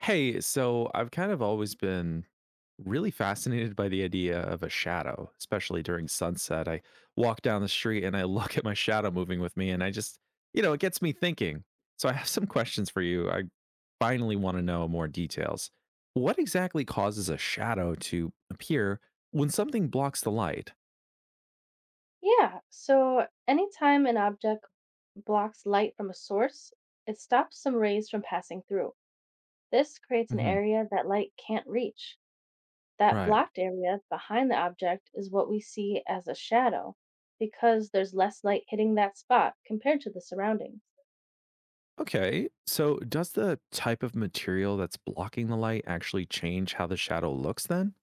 Hey, so I've kind of always been really fascinated by the idea of a shadow, especially during sunset. I walk down the street and I look at my shadow moving with me, and I just, you know, it gets me thinking. So I have some questions for you. I finally want to know more details. What exactly causes a shadow to appear when something blocks the light? Yeah, so anytime an object blocks light from a source, it stops some rays from passing through. This creates an Hmm. area that light can't reach. That Right. blocked area behind the object is what we see as a shadow because there's less light hitting that spot compared to the surroundings. Okay, so does the type of material that's blocking the light actually change how the shadow looks then?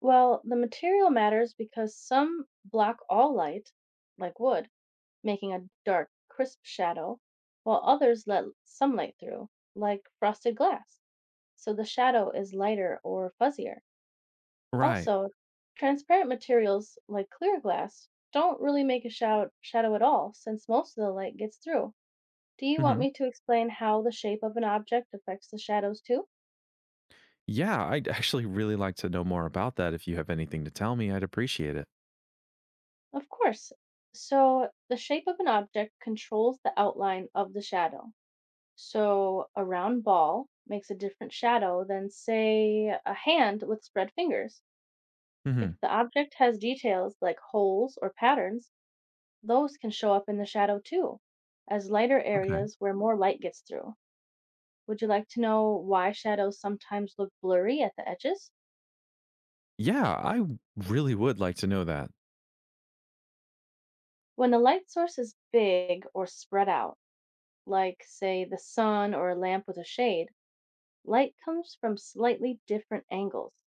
Well, the material matters because some block all light, like wood, making a dark, crisp shadow, while others let some light through, like frosted glass, so the shadow is lighter or fuzzier. Right. Also, transparent materials like clear glass don't really make a shadow at all since most of the light gets through. Do you want me to explain how the shape of an object affects the shadows too? Yeah, I'd actually really like to know more about that. If you have anything to tell me, I'd appreciate it. Of course. So, the shape of an object controls the outline of the shadow. So, a round ball makes a different shadow than, say, a hand with spread fingers. Hmm. If the object has details like holes or patterns, those can show up in the shadow too, as lighter Okay. areas where more light gets through. Would you like to know why shadows sometimes look blurry at the edges? Yeah, I really would like to know that. When the light source is big or spread out, like, say, the sun or a lamp with a shade, light comes from slightly different angles.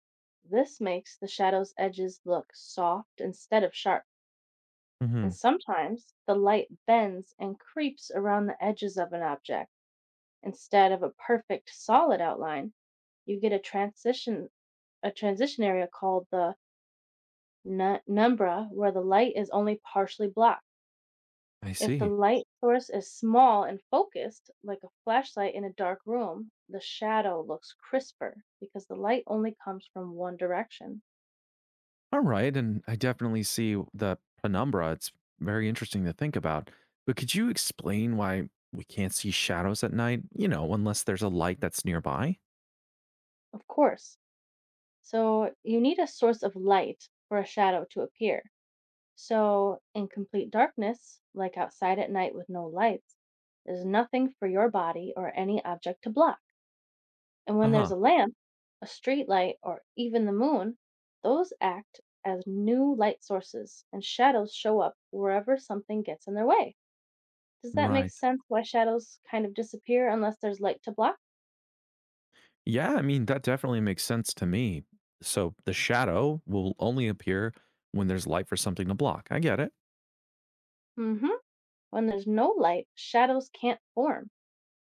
This makes the shadow's edges look soft instead of sharp. Hmm. And sometimes the light bends and creeps around the edges of an object instead of a perfect solid outline, you get a transition area called the penumbra, where the light is only partially blocked. I If the see. light source is small and focused, like a flashlight in a dark room, the shadow looks crisper because the light only comes from one direction. All right. And I definitely see the penumbra. It's very interesting to think about. But could you explain why we can't see shadows at night? You know, unless there's a light that's nearby? Of course. So you need a source of light for a shadow to appear. So, in complete darkness, like outside at night with no lights, there's nothing for your body or any object to block. And Uh when there's huh. a lamp, a street light, or even the moon, those act as new light sources, and shadows show up wherever something gets in their way. Does that make Right. sense why shadows kind of disappear unless there's light to block? Yeah, I mean, that definitely makes sense to me. So the shadow will only appear when there's light for something to block. I get it. Hmm. When there's no light, shadows can't form.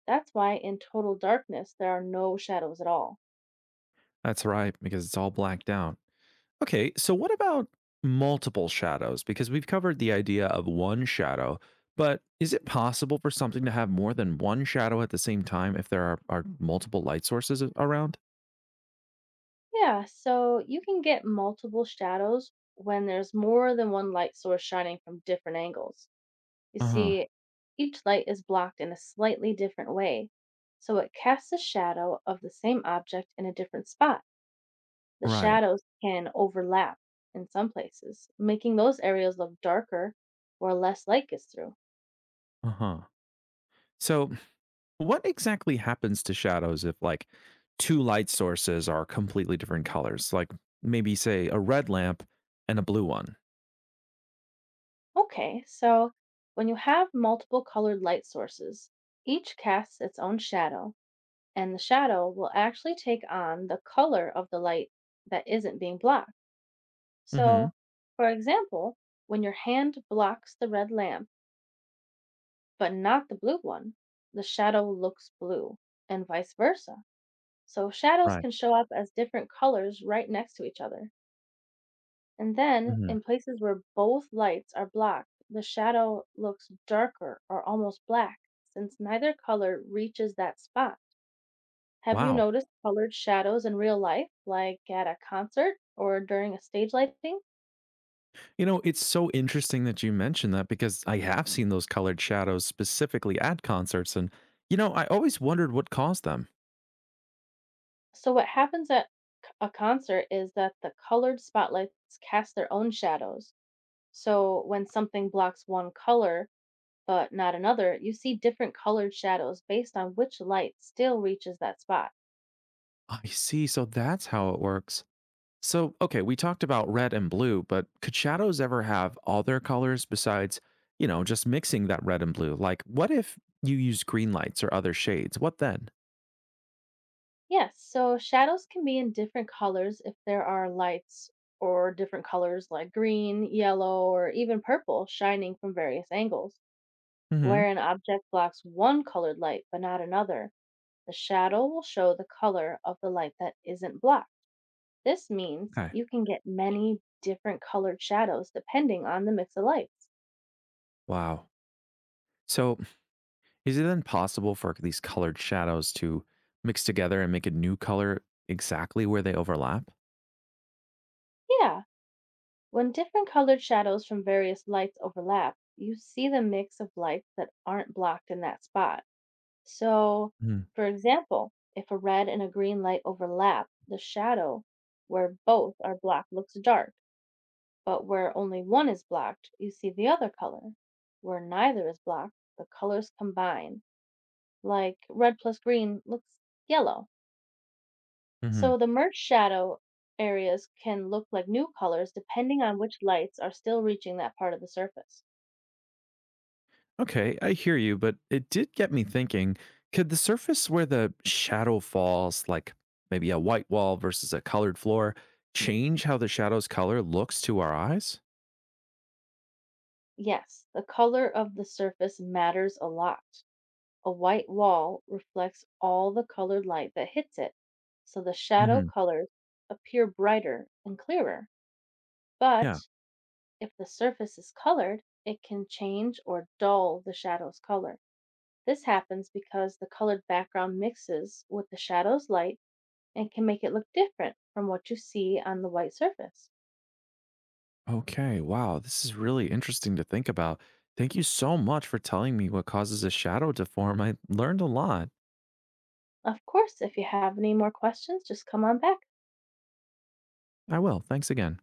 That's why in total darkness, there are no shadows at all. That's right, because it's all blacked out. Okay, so what about multiple shadows? Because we've covered the idea of one shadow, but is it possible for something to have more than one shadow at the same time if there are multiple light sources around? Yeah, so you can get multiple shadows when there's more than one light source shining from different angles. You Uh huh. see, each light is blocked in a slightly different way, so it casts a shadow of the same object in a different spot. The Right. shadows can overlap in some places, making those areas look darker where less light gets through. Uh huh. So what exactly happens to shadows if like two light sources are completely different colors? Like maybe say a red lamp and a blue one. Okay, so when you have multiple colored light sources, each casts its own shadow, and the shadow will actually take on the color of the light that isn't being blocked. Mhm. So, for example, when your hand blocks the red lamp, but not the blue one. The shadow looks blue, and vice versa. So shadows Right. can show up as different colors right next to each other. And then, Mhm. in places where both lights are blocked, the shadow looks darker or almost black, since neither color reaches that spot. Have you Wow. noticed colored shadows in real life, like at a concert or during a stage lighting? It's so interesting that you mentioned that because I have seen those colored shadows specifically at concerts and I always wondered what caused them. So, what happens at a concert is that the colored spotlights cast their own shadows. So when something blocks one color but not another, you see different colored shadows based on which light still reaches that spot. I see, so that's how it works. So, okay, we talked about red and blue, but could shadows ever have other colors besides, just mixing that red and blue? Like, what if you use green lights or other shades? What then? Yes, so shadows can be in different colors if there are lights or different colors like green, yellow, or even purple shining from various angles. Hmm. Where an object blocks one colored light but not another, the shadow will show the color of the light that isn't blocked. This means Okay. you can get many different colored shadows depending on the mix of lights. Wow. So, is it then possible for these colored shadows to mix together and make a new color exactly where they overlap? Yeah, when different colored shadows from various lights overlap, you see the mix of lights that aren't blocked in that spot. So, for example, if a red and a green light overlap, the shadow where both are blocked looks dark, but where only one is blocked, you see the other color. Where neither is blocked, the colors combine, like red plus green looks yellow. Mm-hmm. So the merged shadow areas can look like new colors depending on which lights are still reaching that part of the surface. Okay, I hear you, but it did get me thinking, could the surface where the shadow falls, like maybe a white wall versus a colored floor, change how the shadow's color looks to our eyes? Yes, the color of the surface matters a lot. A white wall reflects all the colored light that hits it, so the shadow Hmm. colors appear brighter and clearer. Yeah. But if the surface is colored, it can change or dull the shadow's color. This happens because the colored background mixes with the shadow's light and can make it look different from what you see on the white surface. Okay, wow, this is really interesting to think about. Thank you so much for telling me what causes a shadow to form. I learned a lot. Of course, if you have any more questions, just come on back. I will. Thanks again.